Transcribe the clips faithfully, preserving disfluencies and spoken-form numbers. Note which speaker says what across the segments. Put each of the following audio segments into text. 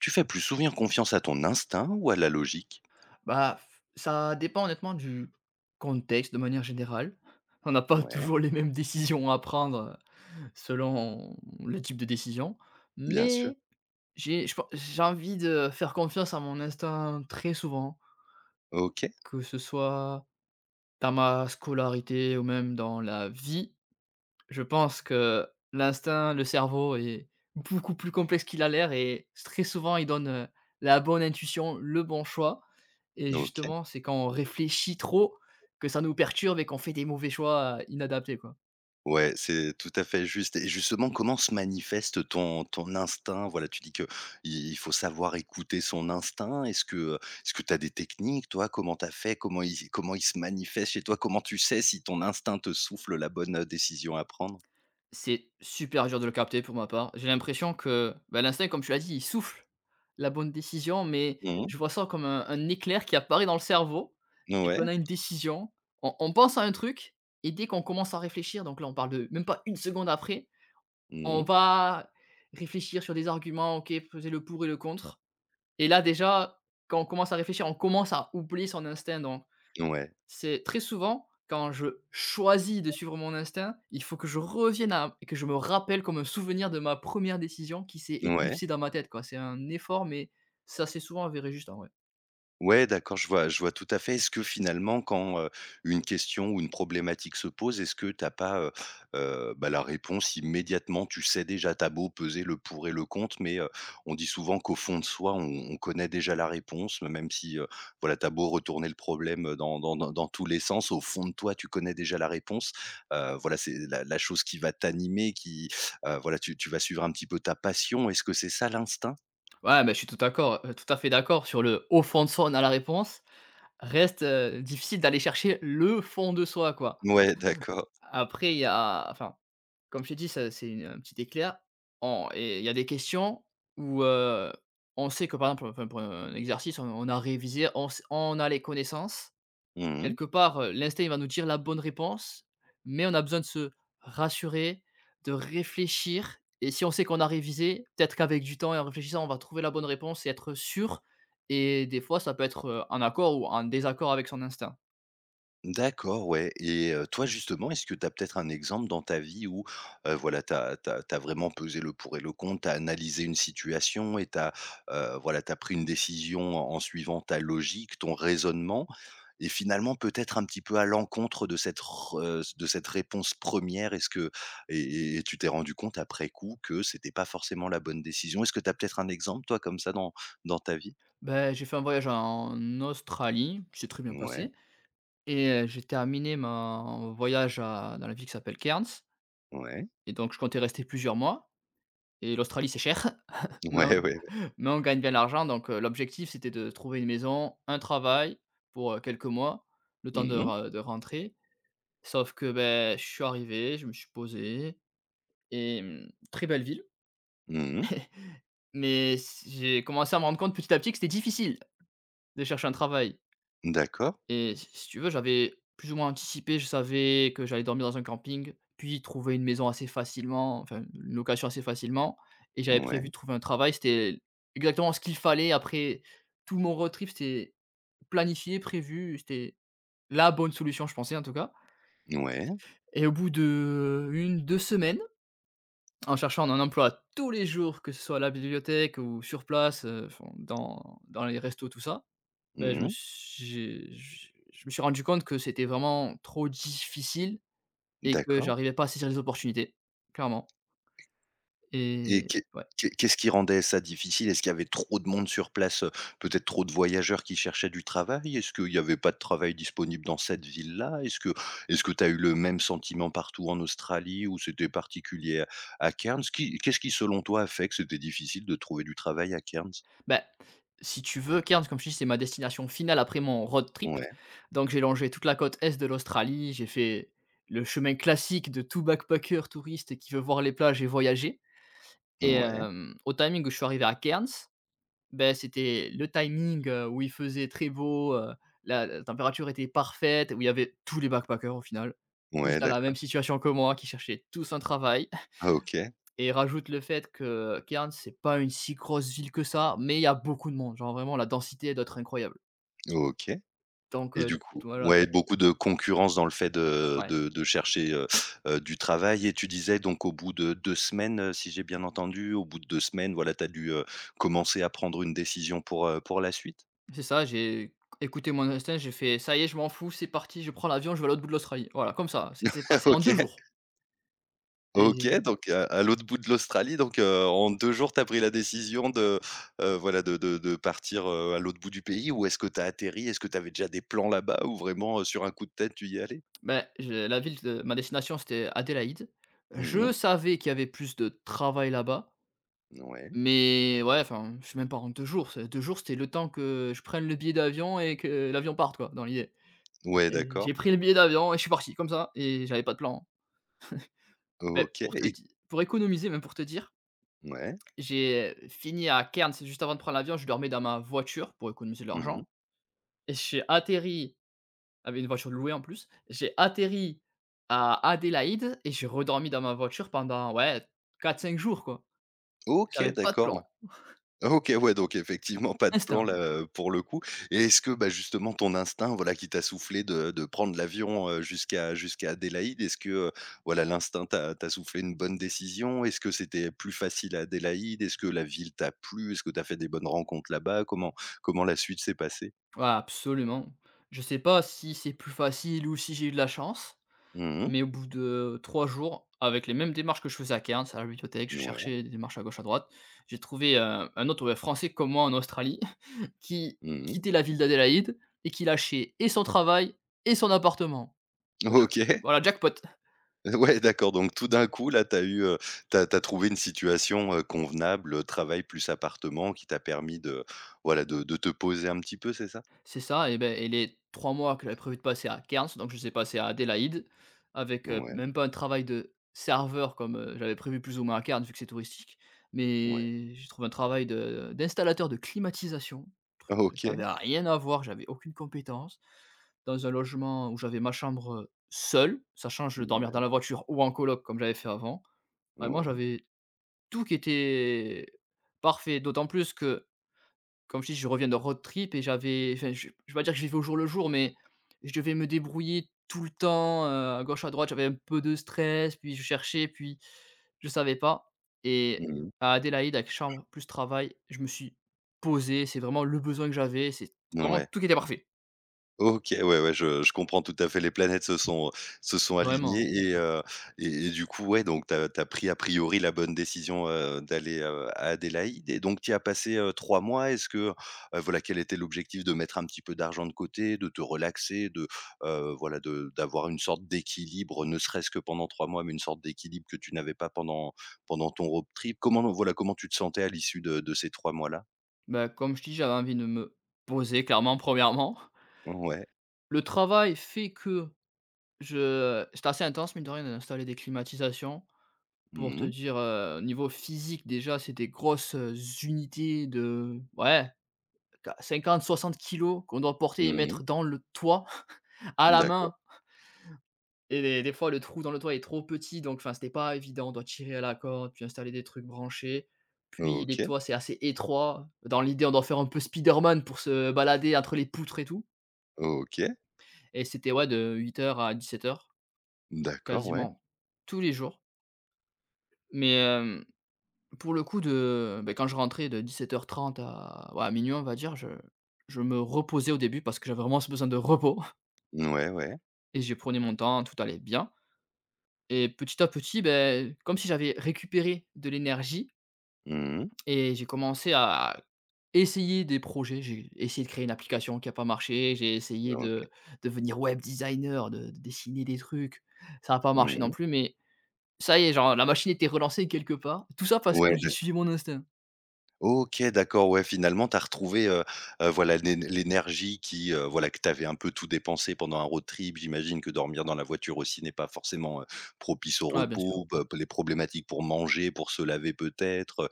Speaker 1: Tu fais plus souvent confiance à ton instinct ou à la logique?
Speaker 2: Bah, f ça dépend honnêtement du contexte de manière générale. On n'a pas
Speaker 1: Ouais,
Speaker 2: toujours les mêmes décisions à prendre, heu, selon le type de décision.
Speaker 1: bien sûr.
Speaker 2: Mais j'ai je pen j'ai envie de faire confiance à mon instinct très souvent,
Speaker 1: OK,
Speaker 2: que ce soit dans ma scolarité ou même dans la vie. Je pense que l'instinct, le cerveau est beaucoup plus complexe qu'il a l'air et s très souvent, il donne, heu, la bonne intuition, le bon choix et
Speaker 1: OK.
Speaker 2: justement, c'est quand on réfléchit trop que ça nous perturbe et qu'on fait des mauvais choix, heu, inadaptés, quoi.
Speaker 1: Ouais, c'est tout à fait juste et justement, comment se manifeste ton ton instinct? Voilà, tu dis que il il faut savoir écouter son instinct. Est-ce que, est-ce que tu as des techniques, toi? Comment t'as fait? Comment il comment il se manifeste chez toi? Comment tu sais si ton instinct te souffle la bonne, heu, décision à prendre?
Speaker 2: C'est super dur de le capter pour ma part. J'ai l'impression que, bah, l'instinct, comme tu l'as dit, il souffle la bonne décision, mais
Speaker 1: Mmh.
Speaker 2: je vois ça comme un un éclair qui apparaît dans le cerveau dès
Speaker 1: Ouais.
Speaker 2: qu'on a une décision. On on pense à un truc et dès qu'on commence à réfléchir, donc là, on parle de même pas une seconde après, on
Speaker 1: Mmh.
Speaker 2: va réfléchir sur des arguments, OK, peser le pour et le contre. Et là, déjà, quand on commence à réfléchir, on commence à oublier son instinct. Donc,
Speaker 1: Ouais.
Speaker 2: c'est très souvent, quand je choisis de suivre mon instinct, il faut que je revienne à et que je me rappelle comme un souvenir de ma première décision qui s'est
Speaker 1: Ouais.
Speaker 2: éclipsée dans ma tête, quoi. C'est un effort, mais ça, c'est souvent avéré juste, en vrai.
Speaker 1: Ouais, d'accord, je vois je vois tout à fait. Est-ce que finalement quand, heu, une question ou une problématique se pose, est-ce que t'as pas, heu heu, bah, la réponse immédiatement? Tu sais déjà, tu beau peser le pour et le contre, mais, heu, on dit souvent qu'au fond de soi, on on connaît déjà la réponse, même si, heu, voilà, tu beau retourner le problème, dans dans dans dans tous les sens, au fond de toi, tu connais déjà la réponse. Heu, voilà, c'est la la chose qui va t'animer, qui, heu, voilà, tu tu vas suivre un petit peu ta passion. Est-ce que c'est ça l'instinct?
Speaker 2: Ouais, mais je suis tout d'accord, heu, tout à fait d'accord sur le au fond de soi, on a la réponse. Reste, heu, difficile d'aller chercher le fond de soi, quoi.
Speaker 1: Ouais, d'accord.
Speaker 2: Après, il y a enfin, comme je t'ai dit, ça c'est une, heu, petite éclair en et il y a des questions où, heu, on sait que par exemple, enfin pour un exercice, on on a révisé, on s on a les connaissances.
Speaker 1: Mmh.
Speaker 2: Quelque part, heu, l'instinct, il va nous dire la bonne réponse, mais on a besoin de se rassurer, de réfléchir et si on sait qu'on a révisé, peut-être qu'avec du temps et en réfléchissant, on va trouver la bonne réponse et être sûr et des fois, ça peut être, heu, en accord ou en désaccord avec son instinct.
Speaker 1: D'accord, ouais et heu, toi justement, est-ce que tu as peut-être un exemple dans ta vie où, heu, voilà, tu as tu vraiment pesé le pour et le contre, tu as analysé une situation et tu as, voilà, t'as pris une décision en en suivant ta logique, ton raisonnement et finalement peut-être un petit peu à l'encontre de cette r heu, de cette réponse première. Est-ce que et et et tu t'es rendu compte après coup que c'était pas forcément la bonne décision? Est-ce que tu as peut-être un exemple toi comme ça dans dans ta vie?
Speaker 2: Ben j'ai fait un voyage en Australie, c'est très bien
Speaker 1: Ouais,
Speaker 2: passé. Et heu, j'ai terminé mon voyage à dans la ville qui s'appelle Cairns
Speaker 1: ouais.
Speaker 2: et donc je comptais rester plusieurs mois et l'Australie c'est cher, mais
Speaker 1: Ouais,
Speaker 2: on
Speaker 1: ouais, ouais.
Speaker 2: mais on gagne bien l'argent donc heu, l'objectif c'était de trouver une maison, un travail pour, heu, quelques mois, le temps de
Speaker 1: Mmh mh.
Speaker 2: re de rentrer. Sauf que, ben je suis arrivé, je me suis posé et mmh, très belle ville,
Speaker 1: Mmh.
Speaker 2: mais s j'ai commencé à me rendre compte petit à petit que c'était difficile de chercher un travail.
Speaker 1: D'accord.
Speaker 2: Et si si tu veux, j'avais plus ou moins anticipé, je savais que j'allais dormir dans un camping, puis trouver une maison assez facilement, enfin une location assez facilement et j'avais prévu
Speaker 1: Ouais.
Speaker 2: de trouver un travail. C'était exactement ce qu'il fallait après tout mon road trip, c'était planifié, prévu, c'était la bonne solution, je pensais en tout cas.
Speaker 1: Ouais,
Speaker 2: Et au bout de une, deux semaines, en cherchant un emploi tous les jours, que ce soit à la bibliothèque ou sur place, heu, enfin dans dans les restos, tout ça, Beh, je me
Speaker 1: mmh,
Speaker 2: suis j'ai je je me suis rendu compte que c'était vraiment trop difficile et que
Speaker 1: d'accord
Speaker 2: j'arrivais pas à saisir les opportunités, clairement
Speaker 1: et
Speaker 2: et
Speaker 1: qu'est
Speaker 2: ouais.
Speaker 1: qu'est qu'est-ce qui rendait ça difficile? Est-ce qu'il y avait trop de monde sur place, heu, peut-être trop de voyageurs qui cherchaient du travail? Est-ce qu'il n'y avait pas de travail disponible dans cette ville-là? Est-ce que est-ce que tu as eu le même sentiment partout en Australie ou c'était particulier à à Cairns? Qui qu'est-ce qui, selon toi, a fait que c'était difficile de trouver du travail à Cairns?
Speaker 2: Bah, si tu veux, Cairns, comme je te dis, c'est ma destination finale après mon road trip,
Speaker 1: Ouais,
Speaker 2: donc j'ai longé toute la côte est de l'Australie, j'ai fait le chemin classique de tout backpacker touriste qui veut voir les plages et voyager et
Speaker 1: ouais,
Speaker 2: hem, au timing où je suis arrivé à Cairns, ben c'était le timing, heu, où il faisait très beau, heu, la la température était parfaite, où il y avait tous les backpackers au final, tous
Speaker 1: ouais,
Speaker 2: dans la
Speaker 1: d'accord.
Speaker 2: même situation que moi, qui cherchaient tous un travail
Speaker 1: Ah, OK,
Speaker 2: et rajoute le fait que Cairns, c'est pas une si grosse ville que ça, mais il y a beaucoup de monde, genre vraiment la densité doit être incroyable.
Speaker 1: OK.
Speaker 2: Donc
Speaker 1: Et
Speaker 2: heu,
Speaker 1: du coup
Speaker 2: voilà,
Speaker 1: ouais, beaucoup de concurrence dans le fait de
Speaker 2: ouais,
Speaker 1: de de chercher, heu heu, du travail et tu disais donc au bout de deux semaines, heu, si j'ai bien entendu, au bout de deux semaines, voilà, tu as dû, heu, commencer à prendre une décision pour, heu, pour la suite?
Speaker 2: c'est ça, j'ai écouté mon instinct, j'ai fait: «Ça y est, je m'en fous, c'est parti, je prends l'avion, je vais à l'autre bout de l'Australie». Voilà, comme ça, ça s'est passé en deux
Speaker 1: OK,
Speaker 2: jours.
Speaker 1: OK, donc heu, à l'autre bout de l'Australie, donc heu, en deux jours, tu as pris la décision de, heu, voilà, de de de partir, heu, à l'autre bout du pays ou est-ce que tu as atterri? Est-ce que tu avais déjà des plans là-bas ou vraiment, heu, sur un coup de tête, tu y allais?
Speaker 2: Ben je la ville de ma destination, c'était Adélaïde.
Speaker 1: Mmh.
Speaker 2: Je savais qu'il y avait plus de travail là-bas,
Speaker 1: Ouais.
Speaker 2: mais ouais, enfin, je suis même pas rentré deux jours, c'est deux jours, c'était le temps que je prenne le billet d'avion et que l'avion parte quoi, dans l'idée.
Speaker 1: Ouais,
Speaker 2: Et j'ai
Speaker 1: d'accord.
Speaker 2: pris le billet d'avion et je suis parti comme ça et j'avais pas de plan. Mais
Speaker 1: OK
Speaker 2: pour te
Speaker 1: et
Speaker 2: di pour économiser, même pour te dire,
Speaker 1: ouais.
Speaker 2: j'ai fini à Cairns juste avant de prendre l'avion, je dormais dans ma voiture pour économiser de
Speaker 1: Mmh.
Speaker 2: l'argent et j'ai atterri avec une voiture louée en plus. J'ai atterri à Adélaïde et j'ai redormi dans ma voiture pendant, ouais, quatre cinq jours, quoi.
Speaker 1: OK,
Speaker 2: J'avais pas de
Speaker 1: d'accord, ouais.
Speaker 2: plan.
Speaker 1: OK, ouais, donc effectivement, pas de plan
Speaker 2: Instinct.
Speaker 1: là, heu, pour le coup et est-ce que, bah, justement ton instinct, voilà, qui t'a soufflé de de prendre l'avion, heu, jusqu'à jusqu'à Adélaïde, est-ce que, heu, voilà, l'instinct t'a t'a soufflé une bonne décision? Est-ce que c'était plus facile à Adélaïde? Est-ce que la ville t'a plu? Est-ce que t'as fait des bonnes rencontres là-bas? Comment comment la suite s'est passée?
Speaker 2: Ouais, absolument. Je sais pas si c'est plus facile ou si j'ai eu de la chance,
Speaker 1: Mmh.
Speaker 2: mais au bout de trois jours, avec les mêmes démarches que je faisais à Cairns, à la bibliothèque, je
Speaker 1: Ouais.
Speaker 2: cherchais des démarches à gauche, à droite, j'ai trouvé, heu, un autre, ouais, Français comme moi en Australie qui
Speaker 1: Mmh.
Speaker 2: quittait la ville d'Adélaïde et qui lâchait et son travail et son appartement. Bah, jack
Speaker 1: OK.
Speaker 2: voilà, jackpot.
Speaker 1: Ouais, d'accord, donc tout d'un coup, là, tu as eu, heu, tu as trouvé une situation, heu, convenable, heu, travail plus appartement qui t'a permis de, voilà, de de te poser un petit peu, c'est ça?
Speaker 2: C'est ça et ben, et les trois mois que j'avais prévu de passer à Cairns, donc je les ai passés à Adélaïde avec, heu,
Speaker 1: Ouais,
Speaker 2: même pas un travail de serveur comme, heu, j'avais prévu plus ou moins à Cairns vu que c'est touristique,
Speaker 1: ouais.
Speaker 2: mais j'ai trouvé un travail de d'installateur de climatisation, truc qui
Speaker 1: OK.
Speaker 2: avait rien à voir, j'avais aucune compétence, dans un logement où j'avais ma chambre, heu, seule, sachant que je dormir dans
Speaker 1: Ouais,
Speaker 2: la voiture ou en coloc comme j'avais fait avant. Vraiment,
Speaker 1: ouais.
Speaker 2: j'avais tout qui était parfait, d'autant plus que comme je dis, je reviens d'un road trip et j'avais enfin, je je vais pas dire que je vivais au jour le jour, mais je devais me débrouiller tout le temps, heu, à gauche, à droite. J'avais un peu de stress, puis je cherchais, puis je savais pas et
Speaker 1: Mmh.
Speaker 2: à Adélaïde, avec chambre plus travail, je me suis posé. C'est vraiment le besoin que j'avais, c'est vraiment
Speaker 1: Ouais.
Speaker 2: tout qui était parfait,
Speaker 1: OK, ouais, ouais, je je comprends tout à fait. Les planètes se sont se sont
Speaker 2: vraiment.
Speaker 1: alignées et heu et et du coup, ouais, donc tu as pris a priori la bonne décision, heu, d'aller, heu, à Adélaïde et donc tu as passé, heu, trois mois. Est-ce que, heu, voilà, quel était l'objectif? De mettre un petit peu d'argent de côté, de te relaxer, de, heu, voilà, de d'avoir une sorte d'équilibre, ne serait-ce que pendant trois mois, mais une sorte d'équilibre que tu n'avais pas pendant pendant ton road trip? Comment, voilà, comment tu te sentais à l'issue de de ces trois mois-là?
Speaker 2: Bah, comme je dis, j'avais envie de me poser clairement, premièrement.
Speaker 1: Ouais.
Speaker 2: Le travail fait que je c'était assez intense mine de rien, d'installer des climatisations. Pour
Speaker 1: Mmh
Speaker 2: te
Speaker 1: mh.
Speaker 2: dire, heu, niveau physique déjà, c'est des grosses, heu, unités de ouais, qua cinquante à soixante kg qu'on doit porter et
Speaker 1: Mmh.
Speaker 2: mettre dans le toit à la
Speaker 1: D'accord.
Speaker 2: main et des des fois le trou dans le toit est trop petit donc enfin, c'était pas évident. On doit tirer à la corde, puis installer des trucs branchés, puis les
Speaker 1: OK.
Speaker 2: toits, c'est assez étroit. Dans l'idée, on doit faire un peu Spiderman pour se balader entre les poutres et tout
Speaker 1: OK.
Speaker 2: et c'était ouais de huit heures à dix-sept heures
Speaker 1: D'accord, ouais.
Speaker 2: quasiment tous les jours mais hem pour le coup de beh, quand je rentrais de dix-sept heures trente à ouais, à minuit on va dire, je je me reposais au début parce que j'avais vraiment ce besoin de repos
Speaker 1: Ouais, ouais.
Speaker 2: et j'ai prenais mon temps, tout allait bien et petit à petit, ben comme si j'avais récupéré de l'énergie
Speaker 1: Mmh.
Speaker 2: et j'ai commencé à essayer des projets. J'ai essayé de créer une application qui a pas marché, j'ai essayé
Speaker 1: OK.
Speaker 2: de devenir web designer, de de dessiner des trucs. Ça a pas marché non
Speaker 1: Mmh.
Speaker 2: plus mais ça y est, genre la machine était relancée quelque part. Tout ça parce que
Speaker 1: Ouais,
Speaker 2: j'ai
Speaker 1: d'ac
Speaker 2: suivi mon instinct.
Speaker 1: OK, d'accord, ouais, finalement, tu as retrouvé, heu heu, voilà, l'é l'énergie qui, heu, voilà, que tu avais un peu tout dépensé pendant un road trip. J'imagine que dormir dans la voiture aussi n'est pas forcément, heu, propice au
Speaker 2: Ouais, bien sûr.
Speaker 1: repos, p p les problématiques pour manger, pour se laver peut-être,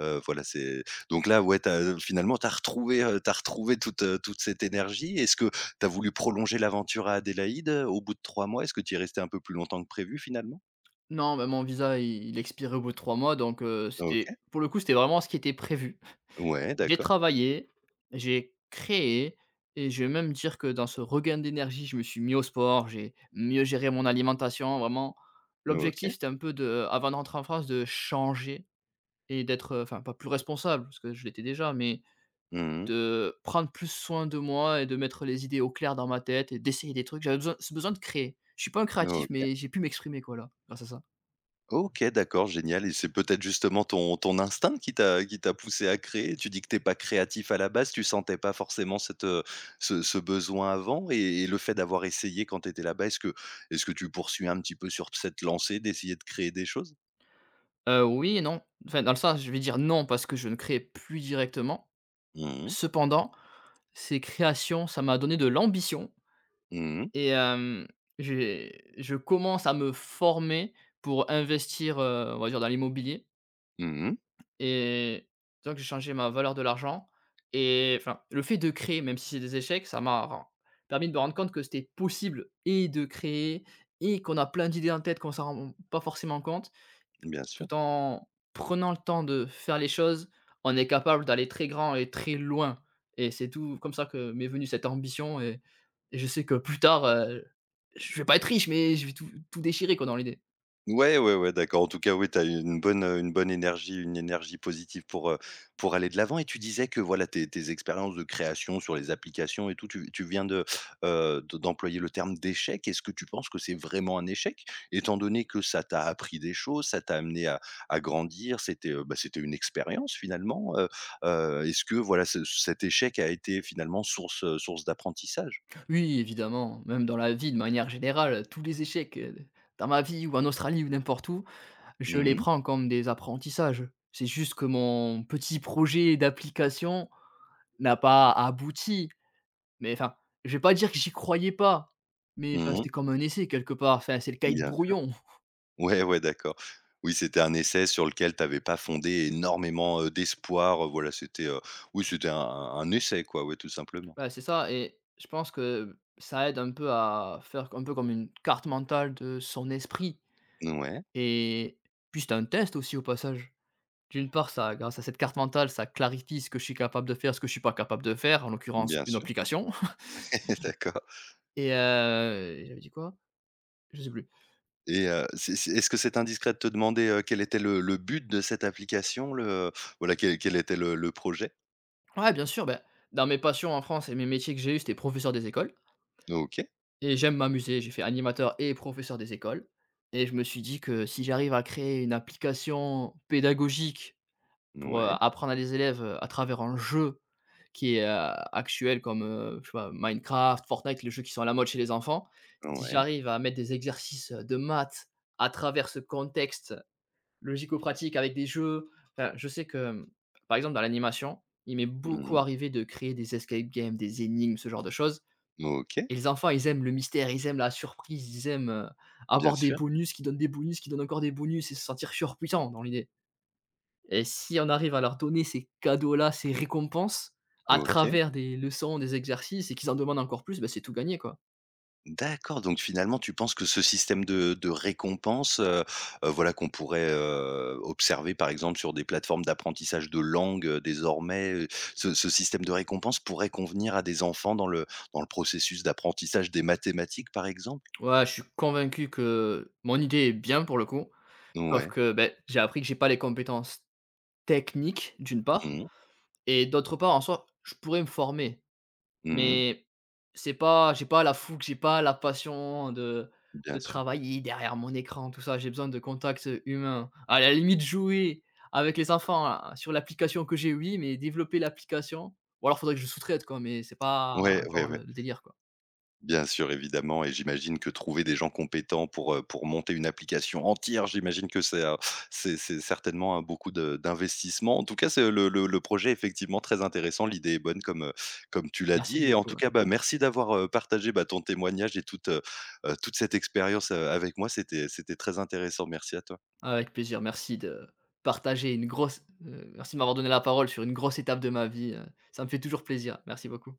Speaker 1: heu heu, voilà, c'est donc là, ouais, tu as, heu, finalement, tu as retrouvé, heu, tu as retrouvé toute, heu, toute cette énergie. Est-ce que tu as voulu prolonger l'aventure à Adélaïde, heu, au bout de trois mois? Est-ce que tu y es resté un peu plus longtemps que prévu, finalement?
Speaker 2: Non, bah, mon visa, il il expirait au bout de trois mois, donc heu, c'était
Speaker 1: OK.
Speaker 2: pour le coup, c'était vraiment ce qui était prévu.
Speaker 1: Ouais,
Speaker 2: J'ai
Speaker 1: d'accord.
Speaker 2: travaillé, j'ai créé et je vais même dire que dans ce regain d'énergie, je me suis mis au sport, j'ai mieux géré mon alimentation, vraiment.
Speaker 1: OK.
Speaker 2: L'objectif, c'était un peu de avant de rentrer en France, de changer et d'être, heu, enfin, pas plus responsable parce que je l'étais déjà, mais
Speaker 1: Mmh.
Speaker 2: de prendre plus soin de moi et de mettre les idées au clair dans ma tête et d'essayer des trucs. J'avais besoin ce besoin de créer. Je suis pas un créatif,
Speaker 1: OK.
Speaker 2: mais j'ai pu m'exprimer, quoi, là, grâce à ça.
Speaker 1: OK, d'accord, génial et c'est peut-être justement ton ton instinct qui t'a qui t'a poussé à créer? Tu dis que t'es pas créatif à la base, tu sentais pas forcément cette, heu, ce ce besoin avant et et le fait d'avoir essayé quand t'étais là-bas, est-ce que est-ce que tu poursuis un petit peu sur cette lancée d'essayer de créer des choses?
Speaker 2: Heu, oui et non. Enfin, dans le sens, je vais dire non parce que je ne crée plus directement.
Speaker 1: Mmh mh.
Speaker 2: Cependant, ces créations, ça m'a donné de l'ambition
Speaker 1: Mmh.
Speaker 2: et hem, j'ai je commence à me former pour investir, heu, on va dire dans l'immobilier
Speaker 1: Mmh.
Speaker 2: et donc j'ai changé ma valeur de l'argent et enfin, le fait de créer, même si c'est des échecs, ça m'a ren permis de me rendre compte que c'était possible et de créer et qu'on a plein d'idées en tête qu'on s'en rend pas forcément compte.
Speaker 1: Bien sûr.
Speaker 2: Tout en prenant le temps de faire les choses, on est capable d'aller très grand et très loin et c'est tout comme ça que m'est venue cette ambition et et je sais que plus tard, heu, je vais pas être riche, mais je vais tout tout déchirer quoi dans l'idée.
Speaker 1: Ouais, ouais, ouais, d'accord. En tout cas, oui, tu as une bonne, heu, une bonne énergie, une énergie positive pour, heu, pour aller de l'avant et tu disais que, voilà, tes tes expériences de création sur les applications et tout, tu tu viens de, heu, de d'employer le terme d'échec. Est-ce que tu penses que c'est vraiment un échec? Étant donné que ça t'a appris des choses, ça t'a amené à à grandir, c'était, heu, bah, c'était une expérience finalement, heu heu, est-ce que, voilà, ce cet échec a été finalement source, heu, source d'apprentissage?
Speaker 2: Oui, évidemment, même dans la vie de manière générale, tous les échecs, heu, dans ma vie ou en Australie ou n'importe où, je les
Speaker 1: Mmh mh.
Speaker 2: prends comme des apprentissages. C'est juste que mon petit projet d'application n'a pas abouti. Mais enfin, je vais pas dire que j'y croyais pas, mais enfin,
Speaker 1: Mmh.
Speaker 2: c'était comme un essai quelque part. Enfin, c'est le cahier de
Speaker 1: Bien.
Speaker 2: brouillon.
Speaker 1: Ouais, ouais, d'accord. Oui, c'était un essai sur lequel tu avais pas fondé énormément, heu, d'espoir, heu, voilà, c'était, heu, oui, c'était un un un essai quoi, ouais, tout simplement.
Speaker 2: Voilà, c'est ça et je pense que ça aide un peu à faire un peu comme une carte mentale de son esprit
Speaker 1: Ouais,
Speaker 2: et puis c'est un test aussi au passage. D'une part, ça grâce à cette carte mentale, ça clarifie ce que je suis capable de faire, ce que je suis pas capable de faire, en l'occurrence
Speaker 1: bien
Speaker 2: une
Speaker 1: sûr.
Speaker 2: application
Speaker 1: D'accord
Speaker 2: et heu, j'avais dit quoi? Je sais plus.
Speaker 1: et heu, c'est c'est est-ce que c'est indiscret de te demander, heu, quel était le le but de cette application? Le Voilà, quel quel était le le projet?
Speaker 2: Ouais, bien sûr, bah, dans mes passions en France et mes métiers que j'ai eu, c'était professeur des écoles.
Speaker 1: OK.
Speaker 2: Et j'aime m'amuser, j'ai fait animateur et professeur des écoles et je me suis dit que si j'arrive à créer une application pédagogique pour, heu,
Speaker 1: Ouais,
Speaker 2: apprendre à des élèves, heu, à travers un jeu qui est, heu, actuel comme, heu, je sais pas, Minecraft, Fortnite, les jeux qui sont à la mode chez les enfants. Si
Speaker 1: ouais.
Speaker 2: j'arrive à mettre des exercices, de maths à travers ce contexte logico-pratique avec des jeux, enfin, je sais que, par exemple, dans l'animation, il m'est beaucoup
Speaker 1: Mmh.
Speaker 2: arrivé de créer des escape games, des énigmes, ce genre de choses
Speaker 1: OK,
Speaker 2: et les enfants, ils aiment le mystère, ils aiment la surprise, ils aiment, heu,
Speaker 1: bien
Speaker 2: avoir des
Speaker 1: sûr.
Speaker 2: bonus qui donnent des bonus, qui donnent encore des bonus et se sentir surpuissant dans l'idée. Et si on arrive à leur donner ces cadeaux-là, ces récompenses, à
Speaker 1: OK.
Speaker 2: travers des leçons, des exercices et qu'ils en demandent encore plus, bah, c'est tout gagné, quoi.
Speaker 1: D'accord, donc finalement, tu penses que ce système de de récompense, heu heu, voilà, qu'on pourrait, heu, observer, par exemple, sur des plateformes d'apprentissage de langue, heu, désormais, heu, ce ce système de récompense pourrait convenir à des enfants dans le dans le processus d'apprentissage des mathématiques, par exemple?
Speaker 2: Ouais, je suis convaincu que mon idée est bien pour le coup, sauf
Speaker 1: Ouais.
Speaker 2: que, ben, j'ai appris que j'ai pas les compétences techniques, d'une part
Speaker 1: Mmh mh.
Speaker 2: et d'autre part, en soi, je pourrais me former.
Speaker 1: Mmh.
Speaker 2: Mais c'est pas j'ai pas la fougue, j'ai pas la passion de
Speaker 1: Bien
Speaker 2: de
Speaker 1: sûr.
Speaker 2: travailler derrière mon écran, tout ça. J'ai besoin de contact, heu, humain. À la limite, jouer avec les enfants, hein, sur l'application que j'ai, oui, mais développer l'application ou alors faudrait que je sous-traite, quoi, mais c'est pas
Speaker 1: Ouais, ouais,
Speaker 2: encore
Speaker 1: ouais.
Speaker 2: le le délire, quoi.
Speaker 1: Bien sûr, évidemment et j'imagine que trouver des gens compétents pour, heu, pour monter une application entière, j'imagine que c'est, heu, c'est c'est certainement, heu, beaucoup de d'investissement. En tout cas, c'est le le le projet est effectivement très intéressant. L'idée est bonne comme, heu, comme tu l'as
Speaker 2: Merci
Speaker 1: dit et en
Speaker 2: beaucoup,
Speaker 1: tout
Speaker 2: ouais.
Speaker 1: cas, bah, merci d'avoir, heu, partagé, bah, ton témoignage et toute, heu heu, toute cette expérience, heu, avec moi. C'était c'était très intéressant. Merci à toi.
Speaker 2: Avec plaisir, merci de partager une grosse, heu merci de m'avoir donné la parole sur une grosse étape de ma vie, heu, ça me fait toujours plaisir. Merci beaucoup.